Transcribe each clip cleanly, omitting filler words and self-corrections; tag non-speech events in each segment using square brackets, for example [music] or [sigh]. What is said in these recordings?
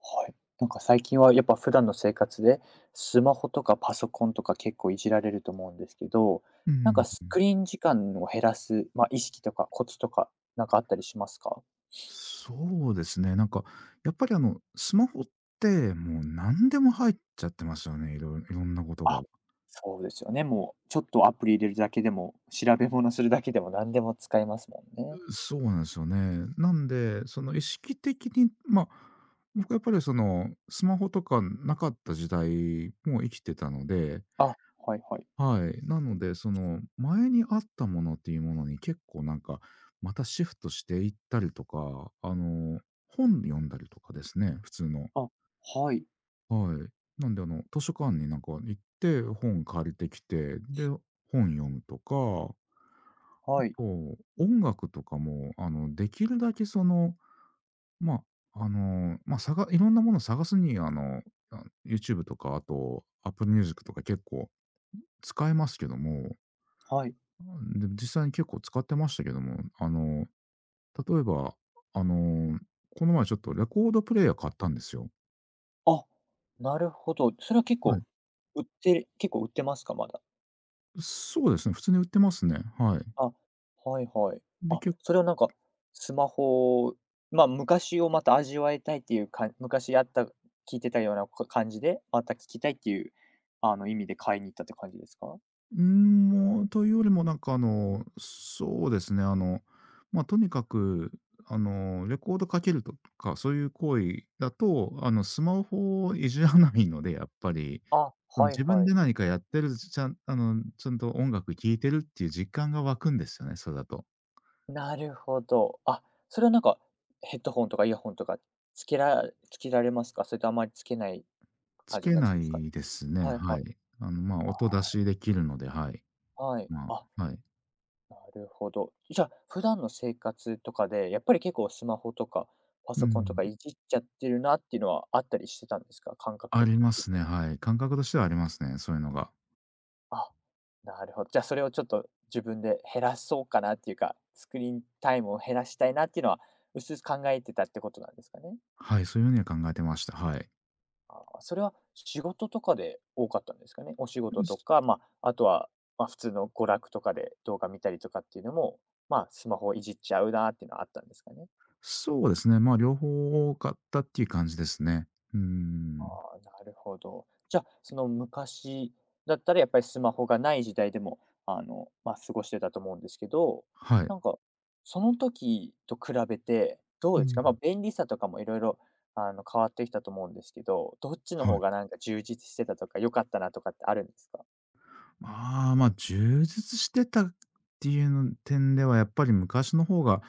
はい。なんか最近はやっぱ普段の生活で、スマホとかパソコンとか結構いじられると思うんですけど、うなんん、かスクリーン時間を減らす、まあ、意識とかコツとか、なんかあったりしますか？そうですね。やっぱりスマホってもう何でも入っちゃってますよね、いろいろんなことが。あ、そうですよね。もうちょっとアプリ入れるだけでも、調べ物するだけでも何でも使えますもんね。そうなんですよね。なんで、その意識的に、僕やっぱりその、スマホとかなかった時代も生きてたので、あ、はいはい。はい。なので、その、前にあったものっていうものに結構またシフトしていったりとか、本読んだりとかですね、普通の。あ、はいはい。なんで図書館に行って本借りてきて、で、本読むとか、あはいと音楽とかも、できるだけその、まいろんなものを探すに、YouTube とか、あと Apple Music とか結構使えますけども、はい。で、実際に結構使ってましたけども、あの、例えば、あの、この前ちょっとレコードプレイヤー買ったんですよ。あ、なるほど。それは結はい。構売って結構売ってますか？まだ。そうですね、普通に売ってますね。はい。あ、はいはい。で、あ、結それはなんか、スマホまあ、昔をまた味わいたいっていうか昔あった聴いてたような感じで、また聞きたいっていう、あの、意味で買いに行ったって感じですか？うーん、もう、というよりもそうですね、とにかく、レコードかけるとか、そういう行為だと、スマホをいじらないので、やっぱり。あ、その、はい自分はい。で何かやってる、ちゃんと音楽聴いてるっていう実感が湧くんですよね、それだと。なるほど。あ、それはなんか、ヘッドホンとかイヤホンとかつけらつけられますか？それとあまりつけないつ感じけのやつなですか？いですね、はいははい。い。音出しできるので、はい。あ、はい。まあ、あ、はい。なるほど。じゃあ、普段の生活とかで、やっぱり結構スマホとかパうソコンとん、かいじっちゃってるなっていうのはあったりしてたんですか？感覚ありま的すね、に。はい。感覚としてはありますね、そういうのが。あ、なるほど。じゃあ、それをちょっと自分で減らそうかなっていうか、スクリーンタイムを減らしたいなっていうのは、うすうす考えてたってことなんですかね？はい、そういう風には考えてました、はい。それは仕事とかで多かったんですかね？お仕事とか、まあ、あとは、まあ、普通の娯楽とかで動画見たりとかっていうのも、まあ、スマホをいじっちゃうなっていうのはあったんですかね？そうですね、まあ、両方多かったっていう感じですね。うーん。あ、なるほど。じゃあ、その昔だったらやっぱりスマホがない時代でも、あの、まあ、過ごしてたと思うんですけど、はい。なんか、その時と比べてどううですか？まあ、ん。便利さとかもいろいろあの、変わってきたと思うんですけど、どっちのは方い。がなんか充実してたとか、良かったなとかってあるんですか？まあ、充実してたっていうの点ではやっぱり昔の方が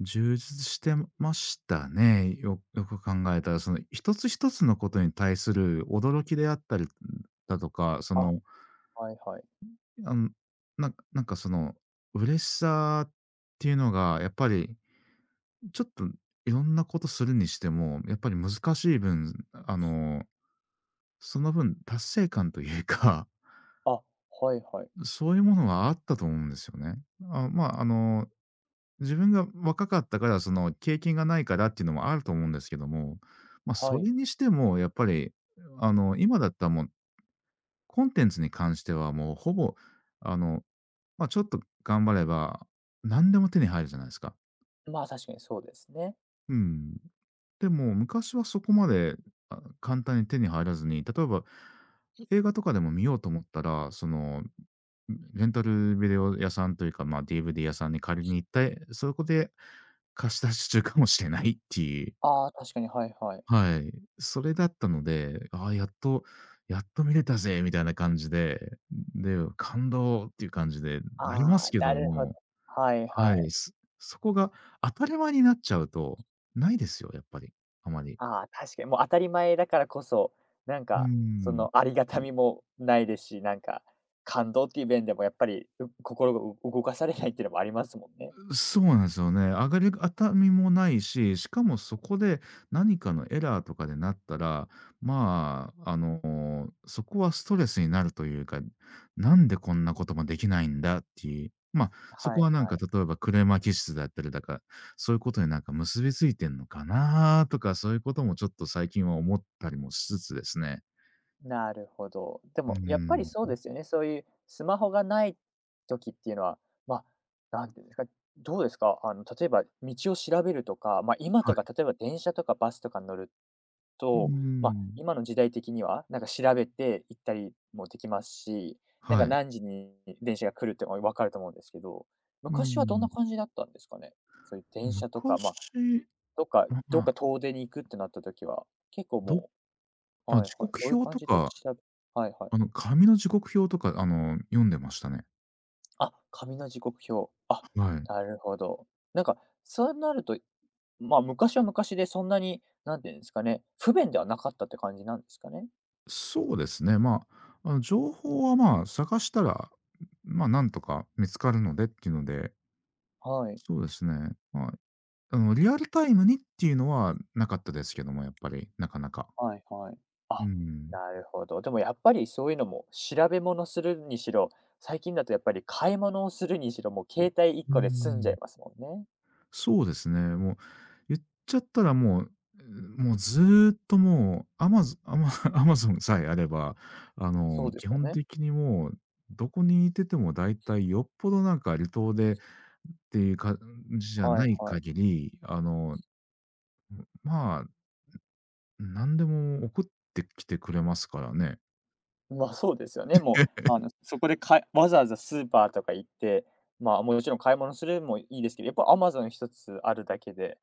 充実してましたね。よく考えたら、その一つ一つのことに対する驚きであったりだとか、そあ、の、はいはい。あの、なんなんかその嬉しさっていうのがやっぱりちょっといろんなことするにしても、やっぱり難しい分、その分達成感というか、あ、はいはい。[laughs] そういうものはあったと思うんですよね。まあ、自分が若かったから、その経験がないからっていうのもあると思うんですけども、まあ、はそい。れにしてもやっぱり、今だったらもうコンテンツに関してはもうほぼ、あの、ちょっと頑張れば、何でも手に入るじゃないですか。まあ、確かにそうですね。うん。でも、昔はそこまで、簡単に手に入らずに、例えば、映画とかでも見ようと思ったら、その、レンタルビデオ屋さんというか、まあ、DVD 屋さんに借りに行って、そこで貸し出し中かもしれないっていう、ああ、確かに、はいはい。はい、それだったので、ああ、やっとやっと見れたぜみたいな感じで、で、感動っていう感じでなりまあすあ、けなどるほど。も、はいははい、い。そこが当たり前になっちゃうと、ないですよ、やっぱり、あまり。ああ、確かにもう当たり前だからこそ、なんうーか、そん。のありがたみもないですし、なんか、感動っていう面でもやっぱり、心が動かされないっていうのもありますもんね。そうなんですよね。上がり熱みもないし、しかもそこで何かのエラーとかでなったら、そこはストレスになるというか、なんでこんなこともできないんだっていう。まあ、そこはいははい。例えばクレーマー気質だったりだか、そういうことに結びついてんのかなとか、そういうこともちょっと最近は思ったりもしつつですね。なるほど。でうもやっぱりん、そうですよね。そういうスマホがない時っていうのは、まあ、なんていうんですか、どうですか？あの、例えば道を調べるとか、まあ、今はとか例い。えば電車とかバスとかに乗るうと、まあ、ん、今の時代的には、なんか調べて行ったりもできますし、なんかはい。何時に電車が来るってのが分かると思うんですけど、う昔はどんん。な感じだったんですかね？そういう電車とか、まあ、昔、どっかまどっかあ、遠出に行くってなった時は、結構どもうはい時はい。刻どういう表感とじでか、はいはい。紙の時刻表とか、読んでましたね。あ、紙の時刻表。あ、はい。なるほど。なんか、そうなると、まあ、昔は昔でそんなに、なんていうんですかね、不便ではなかったって感じなんですかね？そうですね、情報は、まあ、探したら、まあ、なんとか見つかるのでっていうので、はい。そうですね、リアルタイムにっていうのはなかったですけども、やっぱり、なかなか。はいはい。うあ、ん。なるほど。でもやっぱりそういうのも、調べ物するにしろ、最近だとやっぱり買い物をするにしろ、もう携帯1うー個で済んじゃん。いますもんね。そうですね。もう、言っちゃったらもう、もうずーっともう、アマゾアマ [laughs] アマゾンさえあれば、そうで基すよ本ね。的にもう、どこにいてても大体よっぽどなんか離島でっていう感じじゃはないいはい。限り、まあ、何でも送ってきてくれますからね。ま、そうですよね。もう、あの、[laughs] そこでわざわざスーパーとか行って、まあ、もちろん買い物するもいいですけど、やっぱ Amazon 一つあるだけで、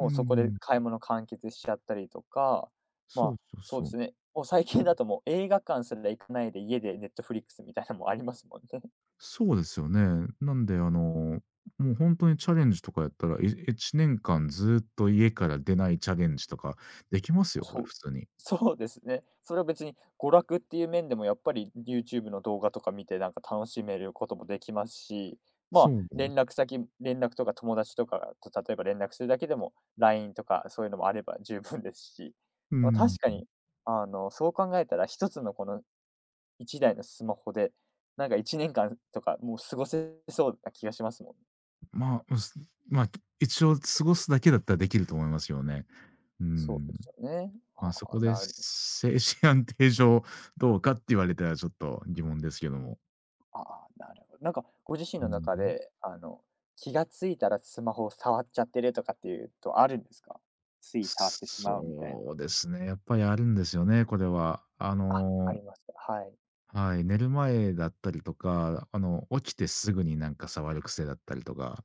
ううそこでん。買い物完結しちゃったりとか、まそうあ、そうそうそでう。すね、もう最近だともう映画館すら行かないで家で Netflix みたいなのもありますもんね。そうですよね。なんで、もう本当にチャレンジとかやったら、1年間ずっと家から出ないチャレンジとかできますよ、こそれう。普通に。[laughs] そうですね。それは別に娯楽っていう面でもやっぱり YouTube の動画とか見てなんか楽しめることもできますし、そまあ、う。連絡とか友達とかと例えば連絡するだけでも LINE とかそういうのもあれば十分ですし、うまあ、ん。確かに、あの、そう考えたら一つのこの一台のスマホで、なんか一年間とかもう過ごせそうな気がしますもん。まあ、うすまあ、一応過ごすだけだったらできると思いますよね。うそうん。ですよね。まあ、そこで精神安定上どうかって言われたらちょっと疑問ですけども。ああ、なるほど。なんかご自身うのん。中で、あの、気がついたらスマホを触っちゃってるとかっていうとあるんですか？つい触ってしまうみたいな。そうですね、やっぱりあるんですよね、これは。あ、ありますか。はい。はい、寝る前だったりとか、起きてすぐに触る癖だったりとか、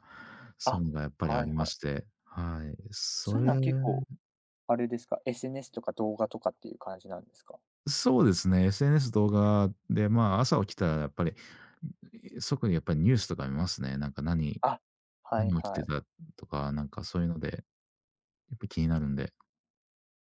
そういあ、うのがやっぱりあはりいまはい。して、はい。そういうのは結構あれですか、SNS とか動画とかっていう感じなんですか？そうですね、SNS 動画で、まあ、朝起きたらやっぱり、即にやっぱりニュースとか見ますね。あ、はい何起きはてい。たとか、なんかそういうので、やっぱ気になるんで。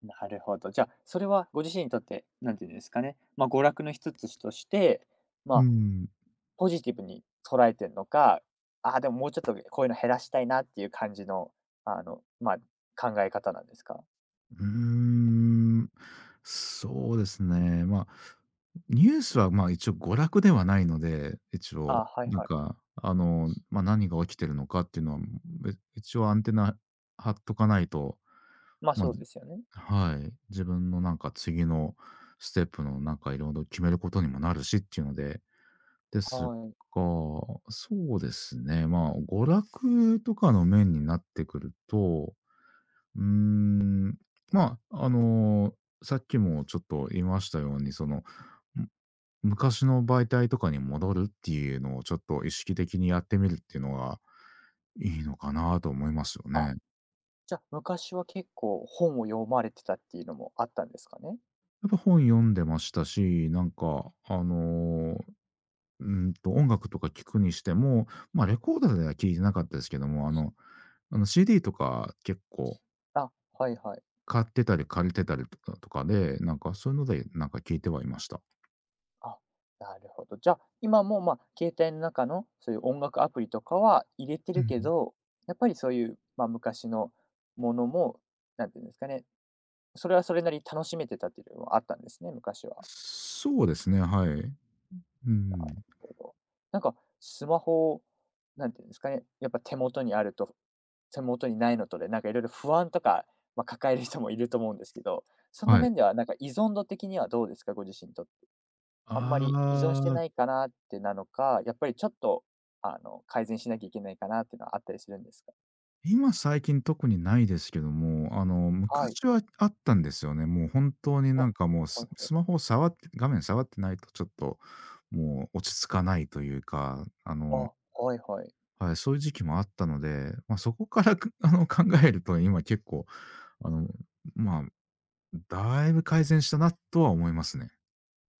なるほど。じゃあ、それはご自身にとって、何て言うんですかね、まあ、娯楽の一つとして、ま、うん。ポジティブに捉えてんのか、ああ、でももうちょっとこういうの減らしたいなっていう感じの、あの、まあ、考え方なんですか？うーん、そうですね。まあ、ニュースは、まあ、一応娯楽ではないので、一ああ、応、はいはい。まあ、何が起きてるのかっていうのは、一応アンテナ張っとかないと、まあ、まそうですよね。はい、自分のなんか次のステップのいろいろ決めることにもなるしっていうので、ですが、はい。そうですね、まあ、娯楽とかの面になってくるとうーん、まあ、あの、さっきもちょっと言いましたように、その、む昔の媒体とかに戻るっていうのをちょっと意識的にやってみるっていうのがいいのかなと思いますよあ、ね。じゃあ、昔は結構本を読まれてたっていうのもあったんですかね？やっぱ本読んでましたし、音楽とか聞くにしても、まあ、レコードでは聞いてなかったですけども、CD とか結構あ、はいはい。買ってたり借りてたりとかとかで、そういうので、聞いてはいました。あ、なるほど。じゃあ、今も、まあ、携帯の中のそういう音楽アプリとかは入れてうるけん。ど、やっぱりそういう、まあ、昔のものも、なんていうんですかね、それはそれなりに楽しめてたっていうのもあったんですね、昔は。そうですね、はい。うなるん。ほど。なんかスマホ、なんていうんですかね、やっぱ手元にあると、手元にないのとで、なんかいろいろ不安とか、まあ、抱える人もいると思うんですけど、そのはい。面ではなんか依存度的にはどうですか？ご自身にとってああんまり依存してあ、ないかなってなのか、やっぱりちょっと、あの、改善しなきゃいけないかなっていうのはあったりするんですか？今最近特にないですけども、はい。昔はあったんですよね。もう本当にあ、はもういはい。マホを触って画面触ってないとちょっと、もう落ち着かないというか、あ、はいはい。はい、そういう時期もあったので、まあ、そこから、[laughs] 考えると今結構、あの、まあ、だいぶ改善したなとは思いますね。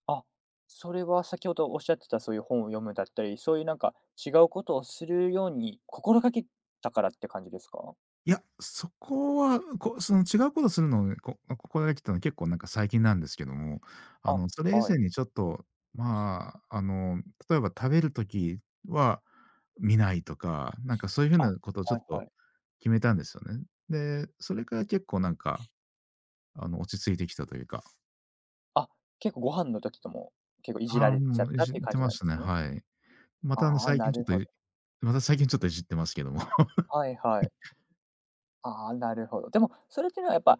あ、それは先ほどおっしゃってた、そういう本を読むだったり、そういうなんか違うことをするように心がけたからって感じですか？いや、そこは、その違うことするのを、心がけたのは結構なんか最近なんですけども、あ、それ以は前い。にちょっと、まあ、あの、例えば食べる時は見ないとか、なんかそういう風あ、なことをちょはっいはとい。決めたんですよね。で、それから結構落ち着いてきたというか。あ、結構ご飯の時とも、結構いじらああ、れちゃもっういたっじっていう感てじまなんしたでね、すね。はい。またあの、ああ、最近なちょっると、ほど。また最近ちょっといじってますけども。はいはい。ああ、なるほど。でも、それっていうのはやっぱ、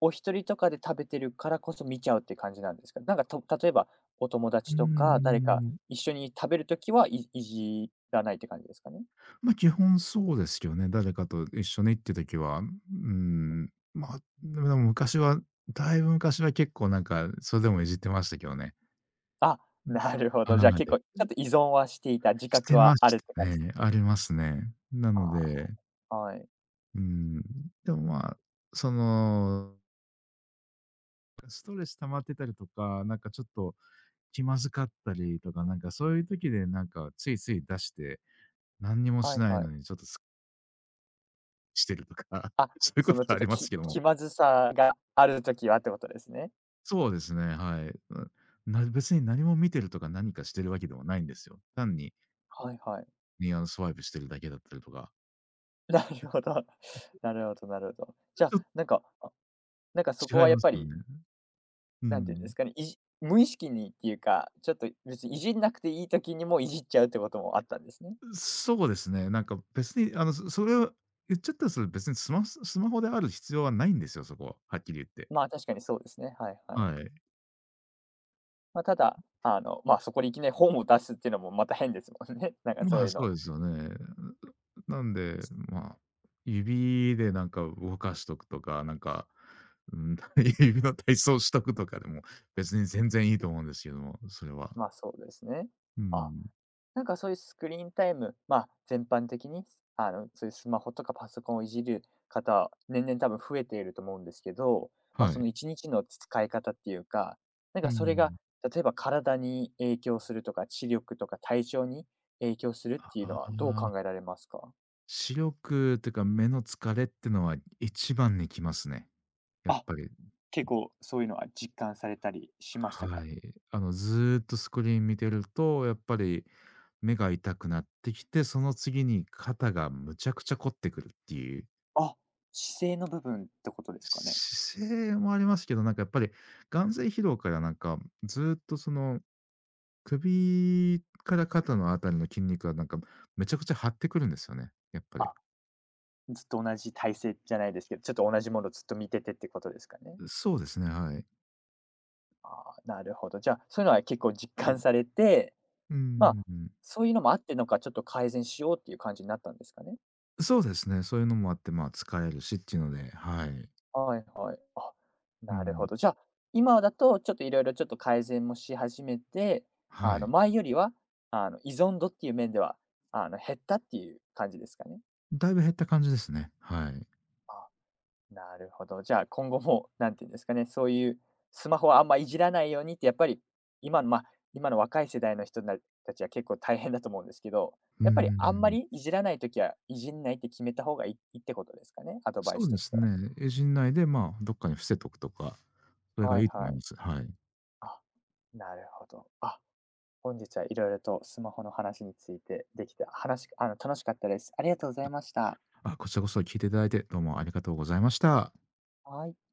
お一人とかで食べてるからこそ見ちゃうって感じなんですか？なんか、と例えば、お友うー達とか誰かん。一緒に食べる時はいじらないって感じですかね？まあ、基本そうですよね。誰かと一緒に行って時は、うん、まあ、でも昔は、だいぶ昔は結構なんか、それでもいじってましたけどね。あ、うん。なるほど。はじゃあ、結構ちい。ょっと依存はしていた自して覚まはあしるってた感じでね。すね。ありますね。なのあで、あ、はい。うん、でも、その、ストレス溜まってたりとか、なんかちょっと気まずかったりとか、なんかそういう時でなんかついつい出して、何にもはしいないはい。のにちょっとすっきりしてるとか、あ、[laughs] そういうこそとのちはょあっりとますけども。気まずさがある時はってことですね。そうですね、はい。別に何も見てるとか何かしてるわけでもないんですよ。単にはいはい。ニアススワイプしてるだけだったりとか。[laughs] なるほど。なるほどなるほど。じゃちあ、ょっなんか、あ、なんかそこと違いはやっますぱより、ね。うなんていうんでん。すかね、無意識にっていうか、ちょっと別にいじんなくていい時にもいじっちゃうってこともあったんですね。そうですね。なんか別にそれを言っちゃったらそれ別にスマホである必要はないんですよ、そこは。はっきり言って。まあ、確かにそうですね。はいはい。はい。ま、ただ、あの、ま、そこにいきなり本を出すっていうのもまた変ですもんね。[laughs] なんかそまうあ、いうその。うですよね。なんで、まあ、指で動かしとくとか、うん [laughs]、指の体操しとくとかでも、別に全然いいと思うんですけども、それは。まあ、そうですね。うあ、ん。なんかそういうスクリーンタイム、まあ、全般的に、あの、そういうスマホとかパソコンをいじる方、年々多分増えていると思うんですけど、まあ、はい。その1日の使い方っていうか、なんうかそれが、ん。例えば体に影響するとか、知力とか体調に影響するっていうのあはどうあ、考えられますか？視力っていうか目の疲れってのは一番にきますね、やっあ、ぱり。結構そういうのは実感されたりしましたはか？い。ずーっとスクリーン見てると、やっぱり目が痛くなってきて、その次に肩がむちゃくちゃ凝ってくるっていうあ、姿勢の部分ってことですかね？姿勢もありますけど、なんかやっぱり眼精疲労からずっとその首から肩のあたりの筋肉がめちゃくちゃ張ってくるんですよね、やっぱり。ずっと同じ体勢じゃないですけど、ちょっと同じものをずっと見ててってことですかね。そうですね、はい。ああ、なるほど。じゃあ、そういうのは結構実感されて、うまあ、ん。そういうのもあってのか、ちょっと改善しようっていう感じになったんですかね？そうですね、そういうのもあって、まあ、疲れるしっていうので、はい。はいはい。あ、うなるほん。ど。じゃあ、今だとちょっといろいろちょっと改善もし始めて、はあの、い。前よりは、あの、依存度っていう面では、あの、減ったっていう感じですかね？だいぶ減った感じですね。はい。あ。なるほど。じゃあ、今後も、なんていうんですかね、そういうスマホはあんまいじらないようにって、やっぱり今の、まあ、今の若い世代の人たちは結構大変だと思うんですけど、うやっぱりあんまんりいじらないときはいじんないって決めた方がいいってことですかね？アドバイそスうとでしすては。ね。エジン内で、まあ、どっかに伏せとくとか、それがはいいいと思はいい。ます。はい。あ、なるほど。あ、本日はいろいろとスマホの話についてできて、あの、楽しかったです。ありがとうございました。あ、こちらこそ聞いていただいて、どうもありがとうございました。はい。